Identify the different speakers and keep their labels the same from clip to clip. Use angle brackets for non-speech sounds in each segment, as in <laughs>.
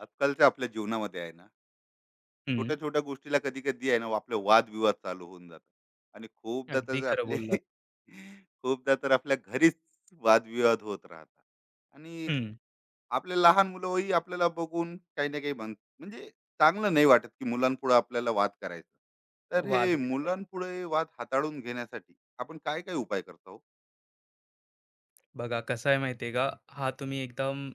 Speaker 1: आजकालच्या आपल्या जीवनामध्ये आहे ना,
Speaker 2: हं.
Speaker 1: छोट्या छोट्या गोष्टीला कधी कधी आहे ना, आपले वादविवाद चालू होऊन जातात. आणि खूपदा
Speaker 2: अगदी
Speaker 1: तर
Speaker 2: खरं
Speaker 1: आपले
Speaker 2: बोललात.
Speaker 1: <laughs> खूपदा तर आपल्या घरीच वादविवाद होत राहतात. आणि
Speaker 2: हं.
Speaker 1: आपले लहान मुलंही आपल्याला बघून काही ना काही म्हणजे, चांगलं नाही वाटत की मुलांपुढे आपल्याला वाद करायचं. तर हे
Speaker 2: वाद करायचे.
Speaker 1: मुलांपुढे वाद हाताळून घेण्यासाठी आपण काय काय उपाय करतो?
Speaker 2: बघा कसं आहे माहिती का? हा, तुम्ही एकदम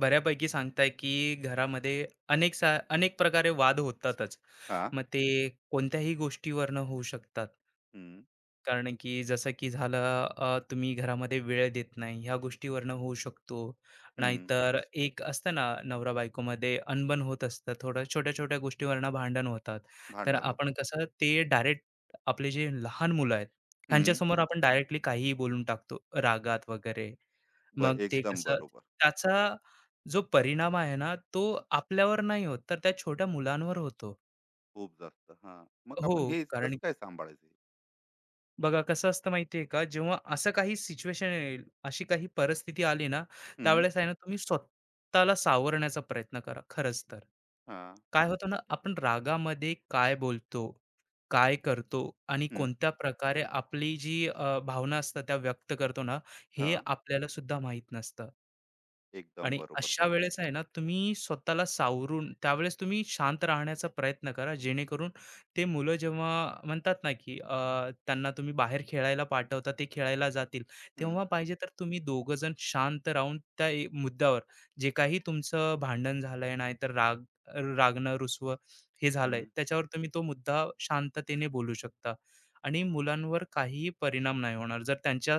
Speaker 2: बऱ्यापैकी सांगताय, की घरामध्ये अनेक प्रकारे वाद होतातच.
Speaker 1: हा.
Speaker 2: मग ते कोणत्याही गोष्टीवरनं होऊ शकतात.
Speaker 1: हम्म.
Speaker 2: कारण की जसं की झालं, तुम्ही घरामध्ये वेळ देत नाही, ह्या गोष्टीवरनं होऊ शकतो.
Speaker 1: हम्म.
Speaker 2: नाहीतर एक असतं ना, नवरा बायकोमध्ये अनबन होत असतं. थोडं छोट्या-छोट्या गोष्टीवरनं भांडण होतात. तर
Speaker 1: भांडण
Speaker 2: आपण
Speaker 1: होतात.
Speaker 2: कसं ते डायरेक्ट आपले जे लहान मुलं आहेत,
Speaker 1: हम्म.
Speaker 2: ह्यांच्यासमोर आपण डायरेक्टली काहीही बोलून टाकतो रागात वगैरे. मग ते
Speaker 1: एकदम
Speaker 2: कसं,
Speaker 1: बरोबर.
Speaker 2: त्याचा जो परिणाम आहे ना, तो आपल्यावर नाही होत, तर त्या छोट्या मुलांवर होतो.
Speaker 1: खूप जास्त हां. मग
Speaker 2: हो,
Speaker 1: आपण हे
Speaker 2: कारण
Speaker 1: कसं काय सांभाळायचं?
Speaker 2: बघा कसं असतं माहितीये का, जेव्हा असं काही सिच्युएशन येईल, अशी काही परिस्थिती आली ना,
Speaker 1: हं,
Speaker 2: त्यावेळेस आहे ना, तुम्ही स्वतःला सावरण्याचा प्रयत्न करा, खरंच तर.
Speaker 1: हां,
Speaker 2: काय होतं ना, आपण रागामध्ये काय बोलतो, काय करतो आणि
Speaker 1: हं,
Speaker 2: कोणत्या प्रकारे आपली जी भावना असतात त्या व्यक्त करतो ना, हे
Speaker 1: हां.
Speaker 2: आपल्याला सुद्धा माहित नसतं.
Speaker 1: एकदम
Speaker 2: आणि
Speaker 1: बरोबर
Speaker 2: अशा
Speaker 1: बोलले.
Speaker 2: वेळेस आहे ना, तुम्ही स्वतःला सावरून त्यावेळेस तुम्ही शांत राहण्याचा प्रयत्न करा, जेणेकरून ते मुलं जेव्हा म्हणतात ना की त्यांना तुम्ही बाहेर खेळायला पाठवता, ते खेळायला जातील,
Speaker 1: हं,
Speaker 2: तेव्हा पाहिजे तर तुम्ही दोघं जण शांत राहून त्या मुद्द्यावर जे काही तुमचं भांडण झालंय नाही तर राग, रागणं रुसवं हे
Speaker 1: हं,
Speaker 2: झालंय त्याच्यावर तुम्ही तो मुद्दा शांततेने बोलू शकता. आणि मुलांवर काहीही परिणाम नाही होणार, जर त्यांच्या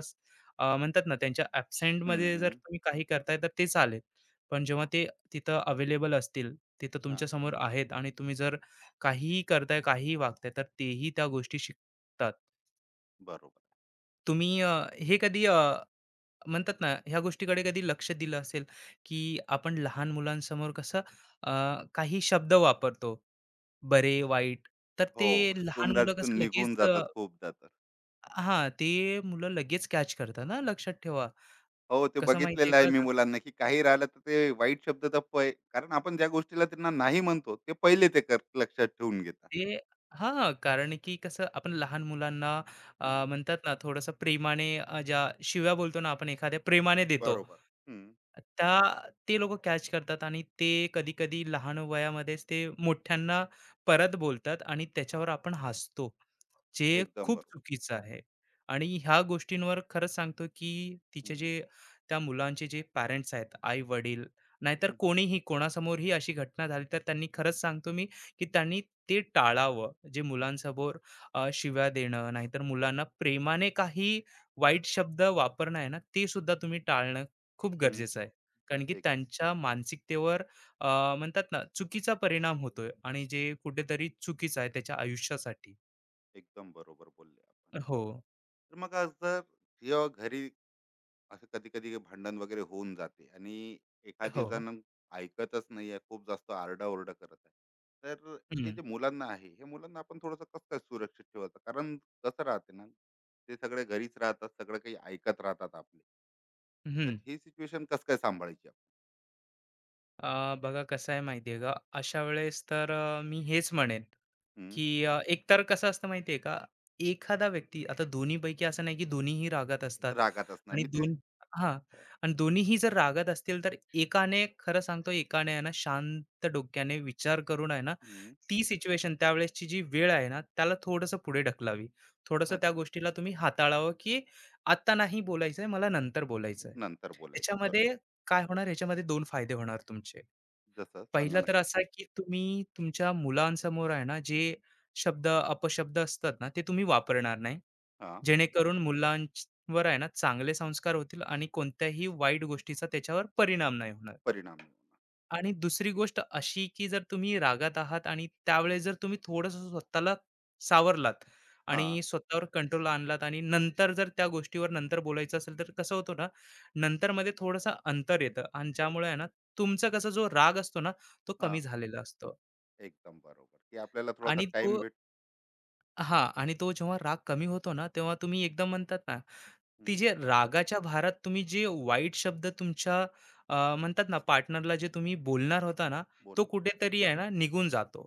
Speaker 2: म्हणतात ना त्यांच्या
Speaker 1: हं,
Speaker 2: ॲब्सेंटमध्ये जर
Speaker 1: हं.
Speaker 2: तुम्ही काही करताय तर ते चालेल. पण जेव्हा ते तिथं अवेलेबल असतील, तिथं
Speaker 1: हां,
Speaker 2: तुमच्यासमोर आहेत आणि तुम्ही जर काहीही करताय, काहीही वागताय, तर तेही त्या गोष्टी शिकतात.
Speaker 1: बरोबर.
Speaker 2: तुम्ही हे कधी म्हणतात ना ह्या गोष्टीकडे कधी लक्ष दिलं असेल, की आपण लहान मुलांसमोर कसं अ, काही शब्द वापरतो, बरे, वाईट. तर
Speaker 1: हो,
Speaker 2: ते लहान मुलं
Speaker 1: तोंडातून
Speaker 2: कसं लगेच
Speaker 1: निघून जातात खूपदा तर.
Speaker 2: हां, ते मुलं लगेच कॅच करतात हां, लक्षात ठेवा.
Speaker 1: हो, ते
Speaker 2: कसं माहिती आहे
Speaker 1: बघितलेलं आहे
Speaker 2: का?
Speaker 1: मी
Speaker 2: जर
Speaker 1: मुलांना, की काही राहिलं तर ते वाईट शब्द तर कारण आपण ज्या गोष्टीला त्यांना नाही म्हणतो, ते पहिले ते लक्षात ठेवून घेतात.
Speaker 2: ते हां, कारण की कसं आपण लहान मुलांना
Speaker 1: हां,
Speaker 2: म्हणतात ना, थोडंसं प्रेमाने ज्या शिव्या बोलतो ना, आपण एखाद्या प्रेमाने देतो.
Speaker 1: बरोबर. हं,
Speaker 2: त्या ते लोकं कॅच करतात आणि ते कधी-कधी लहान वयामध्येच ते मोठ्यांना परत बोलतात आणि त्याच्यावर
Speaker 1: हां,
Speaker 2: आपण हसतो. जे
Speaker 1: एकदम
Speaker 2: खूप
Speaker 1: बरोबर.
Speaker 2: चुकीचं आहे. आणि ह्या गोष्टींवर खरंच सांगतो, की तिचे
Speaker 1: हं,
Speaker 2: जे त्या मुलांचे जे पॅरेंट्स आहेत, आई-वडील नाहीतर
Speaker 1: हं,
Speaker 2: कोणीही कोणासमोरही अशी घटना झाली तर त्यांनी, खरंच सांगतो मी, की त्यांनी ते टाळावं. जे
Speaker 1: हं,
Speaker 2: मुलांसमोर शिव्या देणं नाहीतर मुलांना प्रेमाने काही वाईट शब्द वापरणं आहे ना, ते सुद्धा तुम्ही टाळणं खूप गरजेचं आहे. कारण की
Speaker 1: एक
Speaker 2: त्यांच्या मानसिकतेवर अ, म्हणतात ना, चुकीचा परिणाम होतोय आणि जे कुठेतरी चुकीचं आहे त्याच्या आयुष्यासाठी.
Speaker 1: एकदम बरोबर बोलले आपण.
Speaker 2: हो.
Speaker 1: तर मग आज जर, जेव्हा घरी असं कधी कधी भांडण वगैरे होऊन जाते आणि एखादी
Speaker 2: हो.
Speaker 1: जण ऐकतच नाही आहे, खूप जास्त आरडाओरडा करत आहे, तर हे
Speaker 2: हम्म.
Speaker 1: जे मुलांना आहे, हे मुलांना आपण थोडंसं कसं काय सुरक्षित ठेवायचं? कारण कसं राहते ना, ते सगळे घरीच राहतात, सगळं काही ऐकत राहतात आपले. तर
Speaker 2: हम्म.
Speaker 1: ही सिच्युएशन कसं काय सांभाळायची?
Speaker 2: बघा कसं आहे माहिती आहे का, अशा वेळेस तर मी हेच म्हणेन,
Speaker 1: आपण हम्म,
Speaker 2: की एकतर कसं असतं माहिती आहे का, एखादा व्यक्ती आता, दोन्हीपैकी असं नाही की दोन्हीही रागात असतात.
Speaker 1: रागात असणार
Speaker 2: आणि
Speaker 1: मी ते.
Speaker 2: दोन हां. आणि दोन्हीही जर रागात असतील तर एकाने, खरं सांगतो, एकाने आहे ना शांत डोक्याने विचार करून आहे ना,
Speaker 1: हम्म,
Speaker 2: ती सिच्युएशन त्यावेळेसची जी वेळ आहे ना, त्याला थोडंसं पुढे ढकलावी. थोडंसं
Speaker 1: अच्छा,
Speaker 2: त्या गोष्टीला तुम्ही हाताळावं, की आत्ता नाही बोलायचंय, मला नंतर बोलायचंय.
Speaker 1: नंतर बोलायचं बरं.
Speaker 2: त्याच्यामध्ये काय होणार, याच्यामध्ये 2 फायदे होणार तुमचे.
Speaker 1: जसं सांगा
Speaker 2: पहिला
Speaker 1: ना.
Speaker 2: तर असा की तुम्ही तुमच्या मुलांसमोर आहे ना, जे शब्द, अपशब्द असतात ना, ते तुम्ही वापरणार नाही.
Speaker 1: हा.
Speaker 2: जेणेकरून मुलांवर आहे ना, चांगले संस्कार होतील आणि कोणत्याही वाईट गोष्टीचा त्याच्यावर परिणाम नाही होणार.
Speaker 1: परिणाम नाही होणार.
Speaker 2: आणि दुसरी गोष्ट अशी, की जर तुम्ही रागात आहात आणि त्यावेळेस जर तुम्ही थोडंसं स्वतःला सावरलात
Speaker 1: हा.
Speaker 2: आणि स्वतःवर कंट्रोल आणलात आणि नंतर जर त्या गोष्टीवर नंतर बोलायचं असेल, तर कसं होतं ना, नंतरमध्ये थोडंसं अंतर येतं आणि ज्यामुळे आहे ना, तुमचा कसा जो राग असतो ना, तो
Speaker 1: हा,
Speaker 2: कमी झालेला असतो.
Speaker 1: एकदम बरोबर की आपल्याला थोडासा
Speaker 2: आणि तो
Speaker 1: टाइम भेट.
Speaker 2: हां. आणि तो जेव्हा राग कमी होतो ना, तेव्हा तुम्ही एकदम म्हणतात ना, ती
Speaker 1: हम्म,
Speaker 2: जे रागाच्या भारत तुम्ही जे वाईट शब्द तुमच्या म्हणतात ना पार्टनरला जे तुम्ही बोलणार होता ना, तो
Speaker 1: बोलणार,
Speaker 2: कुठेतरी आहे ना निघून जातो.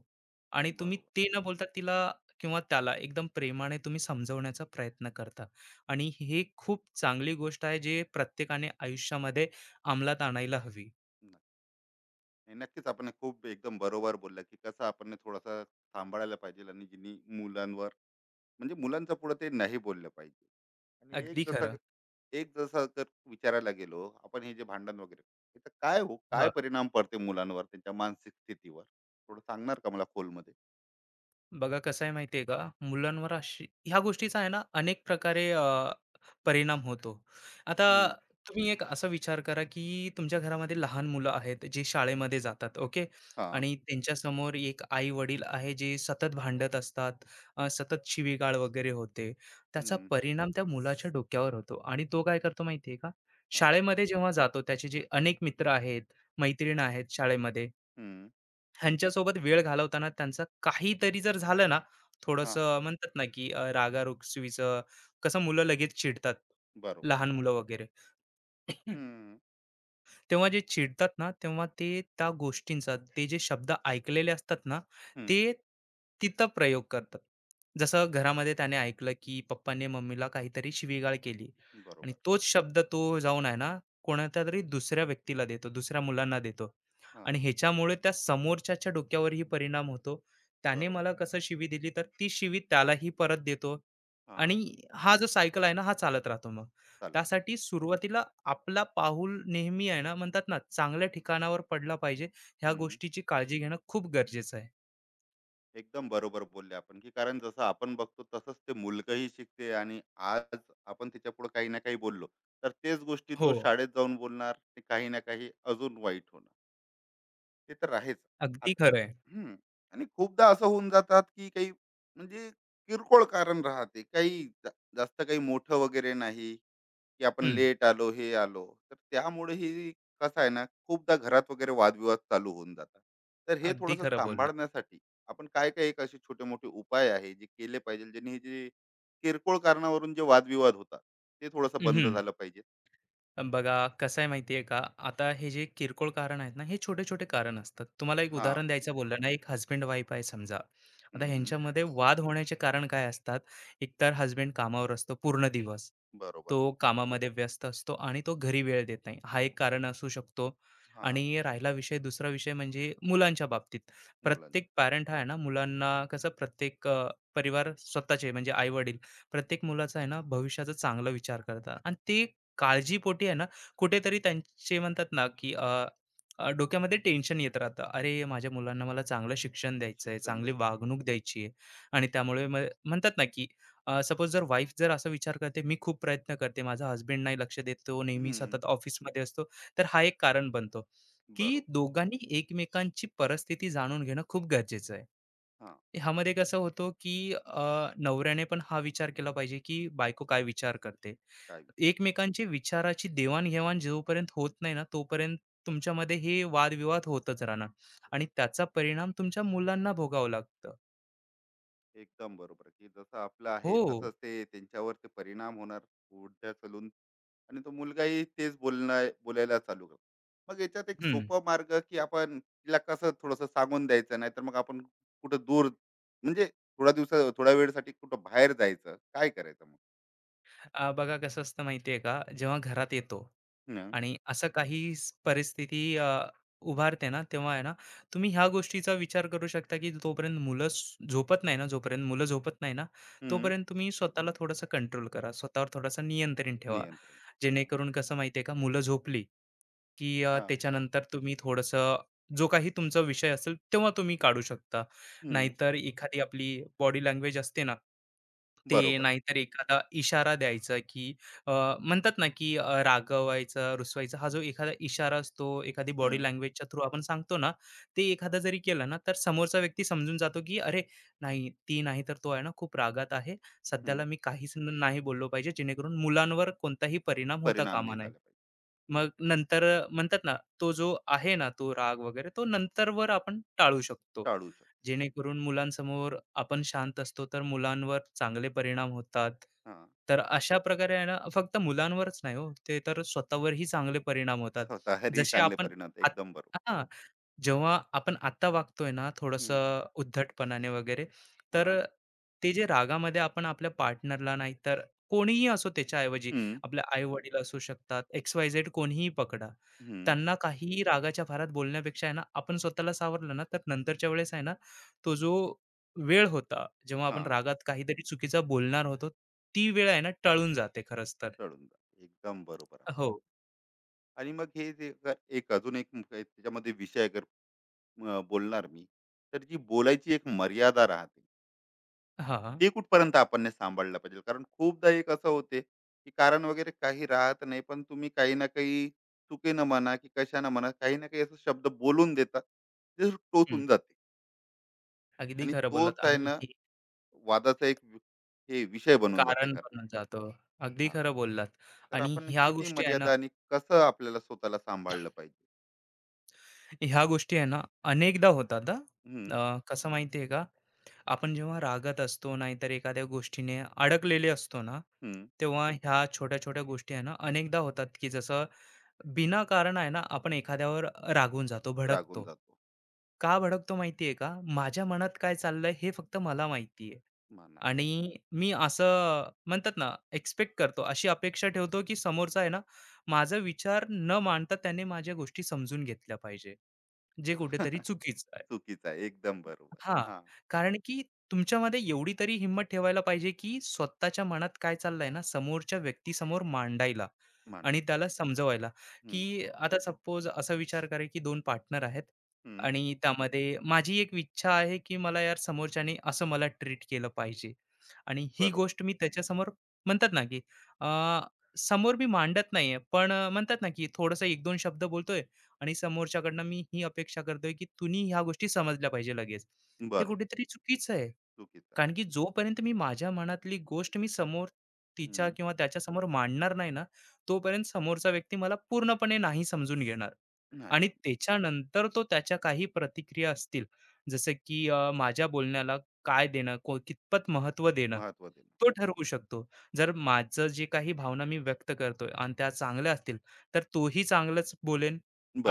Speaker 2: आणि तुम्ही
Speaker 1: बरोबर.
Speaker 2: ते न बोलता तिला किंवा त्याला एकदम प्रेमाने तुम्ही समजवण्याचा प्रयत्न करता. आणि हे खूप चांगली गोष्ट आहे, जे प्रत्येकाने आयुष्यामध्ये अंमलात आणायला हवी.
Speaker 1: नाही, नक्कीच आपण हे खूप एकदम बरोबर बोलला, की कसं आपण हे थोडासा सांभाळायला पाहिजे, आणि जिनी मुलांवर म्हणजे मुलांच्या पुढे ते नाही बोललं पाहिजे. आणि एक
Speaker 2: अगदी खरं.
Speaker 1: जसं एक जसं जर विचारायला गेलो, आपण हे जे भांडण वगैरे, याचा काय हो काय
Speaker 2: हां.
Speaker 1: परिणाम पडते मुलांवर, त्यांच्या मानसिक स्थितीवर? थोडं सांगणार का मला खोलमध्ये?
Speaker 2: बघा कसं आहे माहिती का, मुलांवर अशी ह्या गोष्टीचा आहे ना, अनेक प्रकारे परिणाम होतो. आता
Speaker 1: हम्म,
Speaker 2: तुम्ही एक असा विचार करा, की तुमच्या घरामध्ये लहान मुलं आहेत, जे शाळेमध्ये जातात, ओके.
Speaker 1: हा.
Speaker 2: आणि त्यांच्यासमोर एक आई-वडील आहे, जे सतत भांडत असतात, सतत शिवीगाळ वगैरे होते. त्याचा
Speaker 1: हम्म,
Speaker 2: परिणाम त्या मुलाच्या डोक्यावर होतो आणि तो काय करतो माहिती का?
Speaker 1: हा.
Speaker 2: शाळेमध्ये जेव्हा जातो, त्याचे जे अनेक मित्र आहेत, मैत्रीण आहेत शाळेमध्ये,
Speaker 1: हम्म,
Speaker 2: ह्यांच्यासोबत वेळ घालवताना त्यांचं काहीतरी जर झालं ना,
Speaker 1: हा.
Speaker 2: थोडंसं म्हणतात ना, की रागारुसवीचं, कसं मुलं लगेच चिडतात,
Speaker 1: बरोबर.
Speaker 2: लहान मुलं वगैरे.
Speaker 1: हम्म,
Speaker 2: तेव्हा जे चिडतात ना, तेव्हा ते त्या गोष्टींचा, ते जे शब्द ऐकलेले असतात ना,
Speaker 1: हम्म,
Speaker 2: ते तिथं प्रयोग करतात. जसं घरामध्ये त्याने ऐकलं, की पप्पाने मम्मीला काहीतरी शिवीगाळ केली आणि
Speaker 1: बरोबर.
Speaker 2: तोच शब्द तो जाऊन आहे ना, कोणाच्यातरी दुसऱ्या व्यक्तीला देतो, दुसऱ्या मुलांना देतो
Speaker 1: हा,
Speaker 2: आणि ह्याच्यामुळे त्या समोरच्याच्या डोक्यावरही परिणाम होतो. त्याने
Speaker 1: बरोबर.
Speaker 2: मला कसं शिवी दिली, तर ती शिवी त्यालाही परत देतो
Speaker 1: हा,
Speaker 2: आणि हा जो सायकल आहे ना, हा चालत राहतो मग.
Speaker 1: चालत
Speaker 2: त्यासाठी
Speaker 1: होतं.
Speaker 2: सुरुवातीला आपला पाऊल नेहमी, आहे ना, म्हणतात ना, चांगल्या ठिकाणावर पडला पाहिजे. ह्या
Speaker 1: हम्म.
Speaker 2: गोष्टीची काळजी घेणं खूप गरजेचं आहे.
Speaker 1: एकदम बरोबर बोलले आपण, की कारण जसं आपण बघतो तसंच ते मुलगंही शिकते. आणि आज आपण त्याच्या पुढे काही ना काही बोललो, तर तेच गोष्टी
Speaker 2: हो,
Speaker 1: तो शाळेत जाऊन बोलणार, ते काही ना काही अजून वाईट होणार. ते तर आहेच.
Speaker 2: अगदी
Speaker 1: आता
Speaker 2: खरं आहे.
Speaker 1: हम्म, आणि खूपदा असं होऊन जातात, की काही म्हणजे किरकोळ कारण राहते, काही जास्त काही मोठं वगैरे नाही, की आपण
Speaker 2: हं,
Speaker 1: लेट आलो, हे आलो. तर त्यामुळे ही, कसं आहे ना, खूपदा घरात वगैरे वादविवाद चालू होऊन जातात. तर हे
Speaker 2: अगदी
Speaker 1: थोडंसं
Speaker 2: खरं बोललात.
Speaker 1: सांभाळण्यासाठी आपण काय काय, एक असे छोटे मोठे उपाय आहे जे केले पाहिजे, ज्यांनी हे जे किरकोळ कारणावरून जे वादविवाद होतात, ते थोडंसं बंद झालं पाहिजे.
Speaker 2: बघा कसं आहे माहिती का, आता हे जे किरकोळ कारण आहेत ना, हे छोटे छोटे कारण असतात. तुम्हाला एक
Speaker 1: हा.
Speaker 2: उदाहरण द्यायचं बोललं ना, एक हस्बंड वाईफ आहे समजा, आता
Speaker 1: हम्म, हम्म,
Speaker 2: ह्यांच्यामध्ये वाद होण्याचे कारण काय असतात? एकतर हस्बंड कामावर असतो पूर्ण दिवस,
Speaker 1: बरोबर.
Speaker 2: तो कामामध्ये व्यस्त असतो आणि तो घरी वेळ देत नाही, हा एक कारण असू शकतो.
Speaker 1: हा.
Speaker 2: आणि राहिला विषय, दुसरा विषय म्हणजे मुलांच्या बाबतीत.
Speaker 1: मुलांना
Speaker 2: प्रत्येक पॅरेंट आहे ना, मुलांना कसं, प्रत्येक परिवार, स्वतःचे म्हणजे आई वडील, प्रत्येक मुलाचा आहे ना भविष्याचा चांगला विचार करतात आणि ते काळजीपोटी आहे ना, कुठेतरी त्यांचे म्हणतात ना, की अ, अ, डोक्यामध्ये टेन्शन येत राहतं. अरे, माझ्या मुलांना मला चांगलं शिक्षण द्यायचं आहे,
Speaker 1: शिक्षण
Speaker 2: चांगली
Speaker 1: द्यायचं.
Speaker 2: वागणूक द्यायची आहे. आणि त्यामुळे म्हणतात ना, की सपोज जर वाईफ जर असा विचार करते, "मी खूप प्रयत्न करते, माझा हसबंड नाही लक्ष देत, तो नेहमी
Speaker 1: हम्म,
Speaker 2: सतत ऑफिसमध्ये असतो." तर हा एक कारण बनतो, की
Speaker 1: बरोबर.
Speaker 2: दोघांनी एकमेकांची परिस्थिती जाणून घेणं खूप गरजेचं आहे.
Speaker 1: हा,
Speaker 2: ह्यामध्ये कसं होतं, की नवऱ्याने पण हा विचार केला पाहिजे, की बायको काय विचार करते.
Speaker 1: काय?
Speaker 2: एकमेकांची विचाराची देवाणघेवाण जोपर्यंत होत नाही ना, तोपर्यंत तुमच्यामध्ये हे वादविवाद होतच राहणार आणि त्याचा परिणाम तुमच्या मुलांना भोगावं लागतं.
Speaker 1: एकदम बरोबर, की जसं आपलं आहे
Speaker 2: हो.
Speaker 1: तसंच ते त्यांच्यावर ते परिणाम होणार. पुढे चलून आणि तो मुलगाही तेच बोलणार, बोलायला चालू करतो. मग याच्यात एक
Speaker 2: हं.
Speaker 1: सोपा मार्ग, की आपण तिला कसं थोडंसं सांगून द्यायचं, नाहीतर मग आपण कुठं दूर, म्हणजे थोड्या दिवसा, थोड्या वेळसाठी कुठं बाहेर जायचं, काय करायचं मग?
Speaker 2: बघा कसं असतं माहिती आहे का, जेव्हा घरात येतो
Speaker 1: हं,
Speaker 2: आणि असं काही परिस्थिती उभारते ना, तेव्हा आहे ना, तुम्ही ह्या गोष्टीचा विचार करू शकता, की तोपर्यंत मुलं झोपत नाही ना, जोपर्यंत मुलं झोपत नाही ना,
Speaker 1: हं,
Speaker 2: तोपर्यंत तुम्ही स्वतःला थोडंसं कंट्रोल करा, स्वतःवर थोडंसं नियंत्रण ठेवा,
Speaker 1: नियंत्रण. हां.
Speaker 2: जेणेकरून कसं माहितीये का, मुलं झोपली की
Speaker 1: हां.
Speaker 2: त्याच्यानंतर तुम्ही थोडंसं जो काही तुमचा विषय असेल तेव्हा तुम्ही काढू शकता.
Speaker 1: हं,
Speaker 2: नाहीतर एखादी आपली बॉडी लँग्वेज असते ना, ते
Speaker 1: बरोबर.
Speaker 2: नाहीतर एखादा इशारा द्यायचा, की अ, म्हणतात ना, की रागवायचा, रुसवायचा, हा जो एखादा इशारा असतो, एखादी बॉडी
Speaker 1: हं,
Speaker 2: लँग्वेजच्या थ्रू आपण सांगतो ना, ते एखादा जरी केलं ना, तर समोरचा व्यक्ती समजून जातो, की "अरे, नाही, ती नाही तर तो आहे ना, खूप रागात आहे.
Speaker 1: हं,
Speaker 2: सध्याला मी काहीच नाही बोललो पाहिजे, जेणेकरून मुलांवर कोणताही परिणाम होता
Speaker 1: परिणाम
Speaker 2: कामा
Speaker 1: नाही
Speaker 2: नये."
Speaker 1: झाले पाहिजे.
Speaker 2: मग नंतर म्हणतात ना, तो जो आहे ना, तो राग वगैरे तो नंतरवर आपण टाळू शकतो.
Speaker 1: टाळू शकतो.
Speaker 2: जेणेकरून मुलांसमोर आपण शांत असतो, तर मुलांवर चांगले परिणाम होतात.
Speaker 1: हां.
Speaker 2: तर अशा प्रकारे आहे ना, फक्त मुलांवरच नाही हो, ते तर स्वतःवरही चांगले परिणाम होतात.
Speaker 1: स्वतःही
Speaker 2: जसे
Speaker 1: चांगले
Speaker 2: आपण
Speaker 1: परिणाम,
Speaker 2: आत
Speaker 1: एकदम बरोबर.
Speaker 2: हां. जेव्हा आपण आत्ता वागतोय ना
Speaker 1: हं,
Speaker 2: थोडंसं उद्धटपणाने वगैरे, तर
Speaker 1: हां.
Speaker 2: ते जे रागामध्ये आपण आपल्या पार्टनरला नाहीतर कोणीही असो, त्याच्याऐवजी आपले आई-वडील असू शकतात, एक्स-वाय-झेड कोणीही पकडा.
Speaker 1: हं,
Speaker 2: त्यांना काहीही रागाच्या भरात बोलण्यापेक्षा आहे ना, आपण स्वतःला सावरलं ना, तर नंतरच्या वेळेस आहे ना, तो जो वेळ होता, जेव्हा आपण
Speaker 1: हां,
Speaker 2: रागात काहीतरी चुकीचा बोलणार होतो, ती वेळ आहे ना, टळून जाते खरंच तर.
Speaker 1: चढून जाते. एकदम बरोबर आपण.
Speaker 2: हो.
Speaker 1: आणि मग हे जे अ, एक अजून एक मुख आहे, त्याच्यामध्ये विषय अगर अ, बोलणार मी, तर जी बोलायची एक मर्यादा राहते,
Speaker 2: हां,
Speaker 1: ती कुठपर्यंत आपण ने सांभाळलं पाहिजे? कारण खूपदा एक असं होते, की कारण वगैरे काही राहत नाही, पण तुम्ही काही ना काही चुकीनं म्हणा की कशानं म्हणा, काही ना काही असे शब्द बोलून देतात, ते
Speaker 2: हं.
Speaker 1: टोचून जाते.
Speaker 2: अगदी
Speaker 1: आणि
Speaker 2: खरं
Speaker 1: तोच
Speaker 2: बोललात.
Speaker 1: आहे
Speaker 2: आणि
Speaker 1: ना
Speaker 2: हे
Speaker 1: वादाचा एक हे विषय बनून जाते
Speaker 2: कारण
Speaker 1: घरात.
Speaker 2: बनून जातो. अगदी खरं बोललात.
Speaker 1: तर
Speaker 2: आणि
Speaker 1: आपण
Speaker 2: ह्या
Speaker 1: किती
Speaker 2: गोष्टी आहे ना
Speaker 1: मर्यादा आणि कसं आपल्याला स्वतःला सांभाळलं पाहिजे?
Speaker 2: ह्या गोष्टी आहे ना अनेकदा होतात हां.
Speaker 1: हम्म.
Speaker 2: कसं माहिती आहे का, आपण जेव्हा रागात असतो नाहीतर एखाद्या गोष्टीने अडकलेले असतो ना,
Speaker 1: हम्म.
Speaker 2: तेव्हा ह्या छोट्या-छोट्या गोष्टी आहे ना अनेकदा होतात, की जसं बिना कारण आहे ना, आपण एखाद्यावर रागून जातो,
Speaker 1: रागून
Speaker 2: भडकतो.
Speaker 1: जातो.
Speaker 2: का भडकतो माहिती आहे का? माझ्या मनात काय चाललंय हे फक्त मला माहिती आहे.
Speaker 1: म्हणा.
Speaker 2: आणि मी असं म्हणतात ना, एक्स्पेक्ट करतो, अशी अपेक्षा ठेवतो, की समोरचा आहे ना, माझा विचार न मांडता त्याने माझ्या गोष्टी समजून घेतल्या पाहिजे, जे कुठेतरी
Speaker 1: <laughs>
Speaker 2: चुकीचं आहे.
Speaker 1: चुकीचा आहे, एकदम बरोबर.
Speaker 2: हां,
Speaker 1: हा.
Speaker 2: कारण की तुमच्यामध्ये एवढी तरी हिंमत ठेवायला पाहिजे, की स्वतःच्या मनात काय चाललंय ना, समोरच्या व्यक्तीसमोर मांडायला आणि
Speaker 1: मांडायचं.
Speaker 2: त्याला समजवायला,
Speaker 1: हम्म.
Speaker 2: की आता सपोज असा विचार करा, की 2 पार्टनर आहेत
Speaker 1: हम्म.
Speaker 2: आणि त्यामध्ये माझी एक इच्छा आहे, की मला यार, समोरच्याने असं मला ट्रीट केलं पाहिजे आणि ही
Speaker 1: बरोबर.
Speaker 2: गोष्ट मी त्याच्यासमोर म्हणतात ना, की अ, समोर मी मांडत नाहीये, पण म्हणतात ना, की थोडंसं 1-2 शब्द बोलतोय आणि समोरच्याकडनं मी ही अपेक्षा करतोय की तुम्ही ह्या गोष्टी समजल्या पाहिजे लगेच. हे
Speaker 1: बरोबर.
Speaker 2: कुठेतरी चुकीचं आहे.
Speaker 1: चुकीचं
Speaker 2: कारण
Speaker 1: आहे.
Speaker 2: की जोपर्यंत मी माझ्या मनातली गोष्ट मी समोर तिच्या
Speaker 1: हम्म.
Speaker 2: किंवा त्याच्यासमोर मांडणार नाही ना, तोपर्यंत समोरचा व्यक्ती मला पूर्णपणे नाही समजून घेणार.
Speaker 1: नाही
Speaker 2: आणि
Speaker 1: समज.
Speaker 2: त्याच्यानंतर तो, त्याच्या काही प्रतिक्रिया असतील, जसं की माझ्या बोलण्याला काय देणं, कितपत महत्त्व देणं,
Speaker 1: महत्व देणं.
Speaker 2: तो ठरवू शकतो. जर माझं जे काही भावना मी व्यक्त करतोय आणि त्या चांगल्या असतील, तर तोही चांगलंच बोलेल.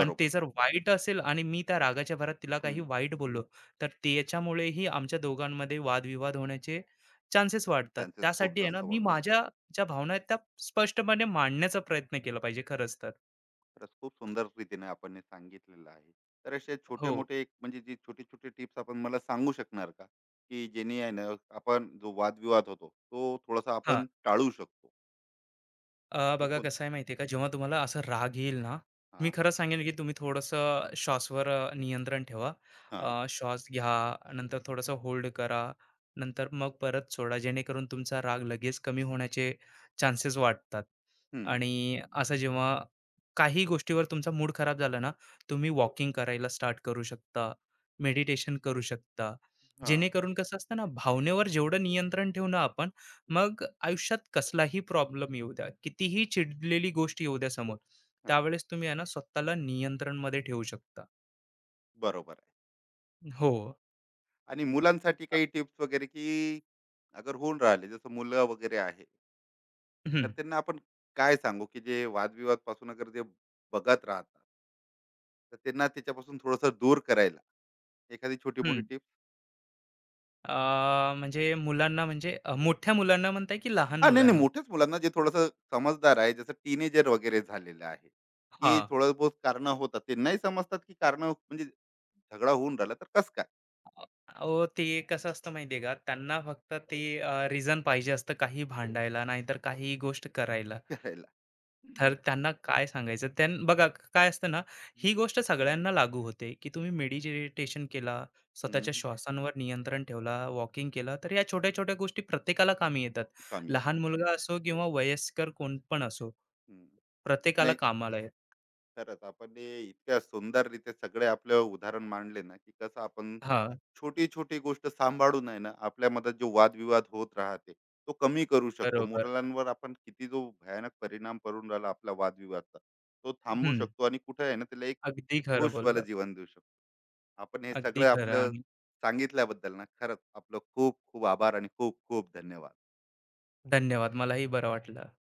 Speaker 2: आणि ते जर वाईट असेल आणि मी त्या रागाच्या भरात तिला काही
Speaker 1: हम्म.
Speaker 2: वाईट बोललो, तर त्याच्यामुळेही आमच्या दोघांमध्ये वादविवाद होण्याचे चान्सेस वाढतात.
Speaker 1: चान्सेस खूप
Speaker 2: त्यासाठी आहे ना,
Speaker 1: जास्त
Speaker 2: मी
Speaker 1: वाढून जातात.
Speaker 2: माझ्या ज्या भावना आहेत त्या स्पष्टपणे मांडण्याचा प्रयत्न केला पाहिजे खरंच तर.
Speaker 1: खरंच खूप सुंदर रीतीने आपण हे सांगितलेलं आहे. तर असे छोटे
Speaker 2: हो.
Speaker 1: मोठे एक म्हणजे जी छोटी छोटी टिप्स आपण मला सांगू शकणार का, की जेणे आहे ना, आपण जो वादविवाद होतो तो थोडासा
Speaker 2: हां.
Speaker 1: आपण टाळू शकतो? की
Speaker 2: बघा कसं आहे माहिती आहे का, जेव्हा तुम्हाला असं राग येईल ना, मी
Speaker 1: हां,
Speaker 2: खरं सांगेन की तुम्ही थोडंसं श्वासवर नियंत्रण ठेवा,
Speaker 1: हां,
Speaker 2: श्वास घ्या, नंतर थोडंसं होल्ड करा, नंतर मग परत सोडा, जेणेकरून तुमचा राग लगेच कमी होण्याचे चान्सेस वाटतात.
Speaker 1: हं,
Speaker 2: आणि असं जेव्हा काही गोष्टीवर तुमचा मूड खराब झाला ना, तुम्ही वॉकिंग करायला स्टार्ट करू शकता, मेडिटेशन करू शकता,
Speaker 1: हां,
Speaker 2: जेणेकरून कसं असतं ना, भावनेवर जेवढं नियंत्रण ठेवू ना आपण, मग आयुष्यात कसलाही प्रॉब्लेम येऊ द्या, कितीही चिडलेली गोष्ट येऊ द्या समोर,
Speaker 1: हां.
Speaker 2: त्यावेळेस तुम्ही आहे ना, स्वतःला नियंत्रणमध्ये ठेवू शकता.
Speaker 1: बरोबर आहे.
Speaker 2: हो.
Speaker 1: आणि मुलांसाठी
Speaker 2: अ,
Speaker 1: काही टिप्स वगैरे, की अगर होऊन राहिले जसं मुलं वगैरे आहे. तर
Speaker 2: हं,
Speaker 1: त्यांना आपण काय सांगू, की जे वादविवाद पासून अगर जे बघत राहतात, तर त्यांना त्याच्यापासून थोडंसं दूर करायला एखादी छोटी-मोठी
Speaker 2: हं.
Speaker 1: टिप?
Speaker 2: अ, म्हणजे मुलांना, म्हणजे मोठ्या मुलांना म्हणताय की लहान
Speaker 1: हां, नाही, नाही,
Speaker 2: मुलांना?
Speaker 1: मोठ्याच मुलांना जे थोडंसं समजदार आहे, जसं टीनेजर वगैरे झालेलं आहे, की
Speaker 2: हां.
Speaker 1: थोडं बहुत कारणं होतात. ते नाही समजतात, की कारणं म्हणजे झगडा होऊन राहिला तर कसं काय
Speaker 2: अहो, ते कसं असतं माहिती आहे का? त्यांना फक्त ते रिझन पाहिजे असतं काही भांडायला, नाहीतर काही गोष्ट करायला.
Speaker 1: करायला? हं,
Speaker 2: तर त्यांना काय सांगायचं? त्यां बघा, काय असतं ना, ही
Speaker 1: हं,
Speaker 2: गोष्ट सगळ्यांना लागू होते, की तुम्ही मेडिटेशन केला, स्वतःच्या श्वासांवर नियंत्रण ठेवला, वॉकिंग केला, तर या छोट्या-छोट्या गोष्टी प्रत्येकाला कामी येतात.
Speaker 1: कमी येतं.
Speaker 2: लहान मुलगा असो किंवा वयस्कर कोण पण असो.
Speaker 1: हम्म.
Speaker 2: प्रत्येकाला
Speaker 1: नाही,
Speaker 2: कामाला येत
Speaker 1: खरंच आपण हे इतक्या सुंदररीत्या सगळे आपलं उदाहरण मांडले ना, की कसं आपण
Speaker 2: हां,
Speaker 1: छोटी छोटी गोष्ट सांभाळून, आहे ना, आपल्यामध्ये जो वादविवाद होत राहते तो कमी करू शकतो.
Speaker 2: बरोबर.
Speaker 1: मुलांवर आपण किती जो भयानक परिणाम करून राहिला आपला वादविवादचा, तो थांबू
Speaker 2: हं,
Speaker 1: शकतो आणि कुठे आहे ना त्याला एक
Speaker 2: अगदी खरं
Speaker 1: खुशवालं
Speaker 2: बोललात.
Speaker 1: जीवन देऊ शकतो. आपण हे
Speaker 2: अगदी
Speaker 1: सगळं
Speaker 2: खरं.
Speaker 1: आपलं
Speaker 2: आणि
Speaker 1: सांगितल्याबद्दल ना, खरंच आपलं खूप खूप आभार आणि खूप खूप धन्यवाद.
Speaker 2: धन्यवाद. मलाही बरं वाटलं.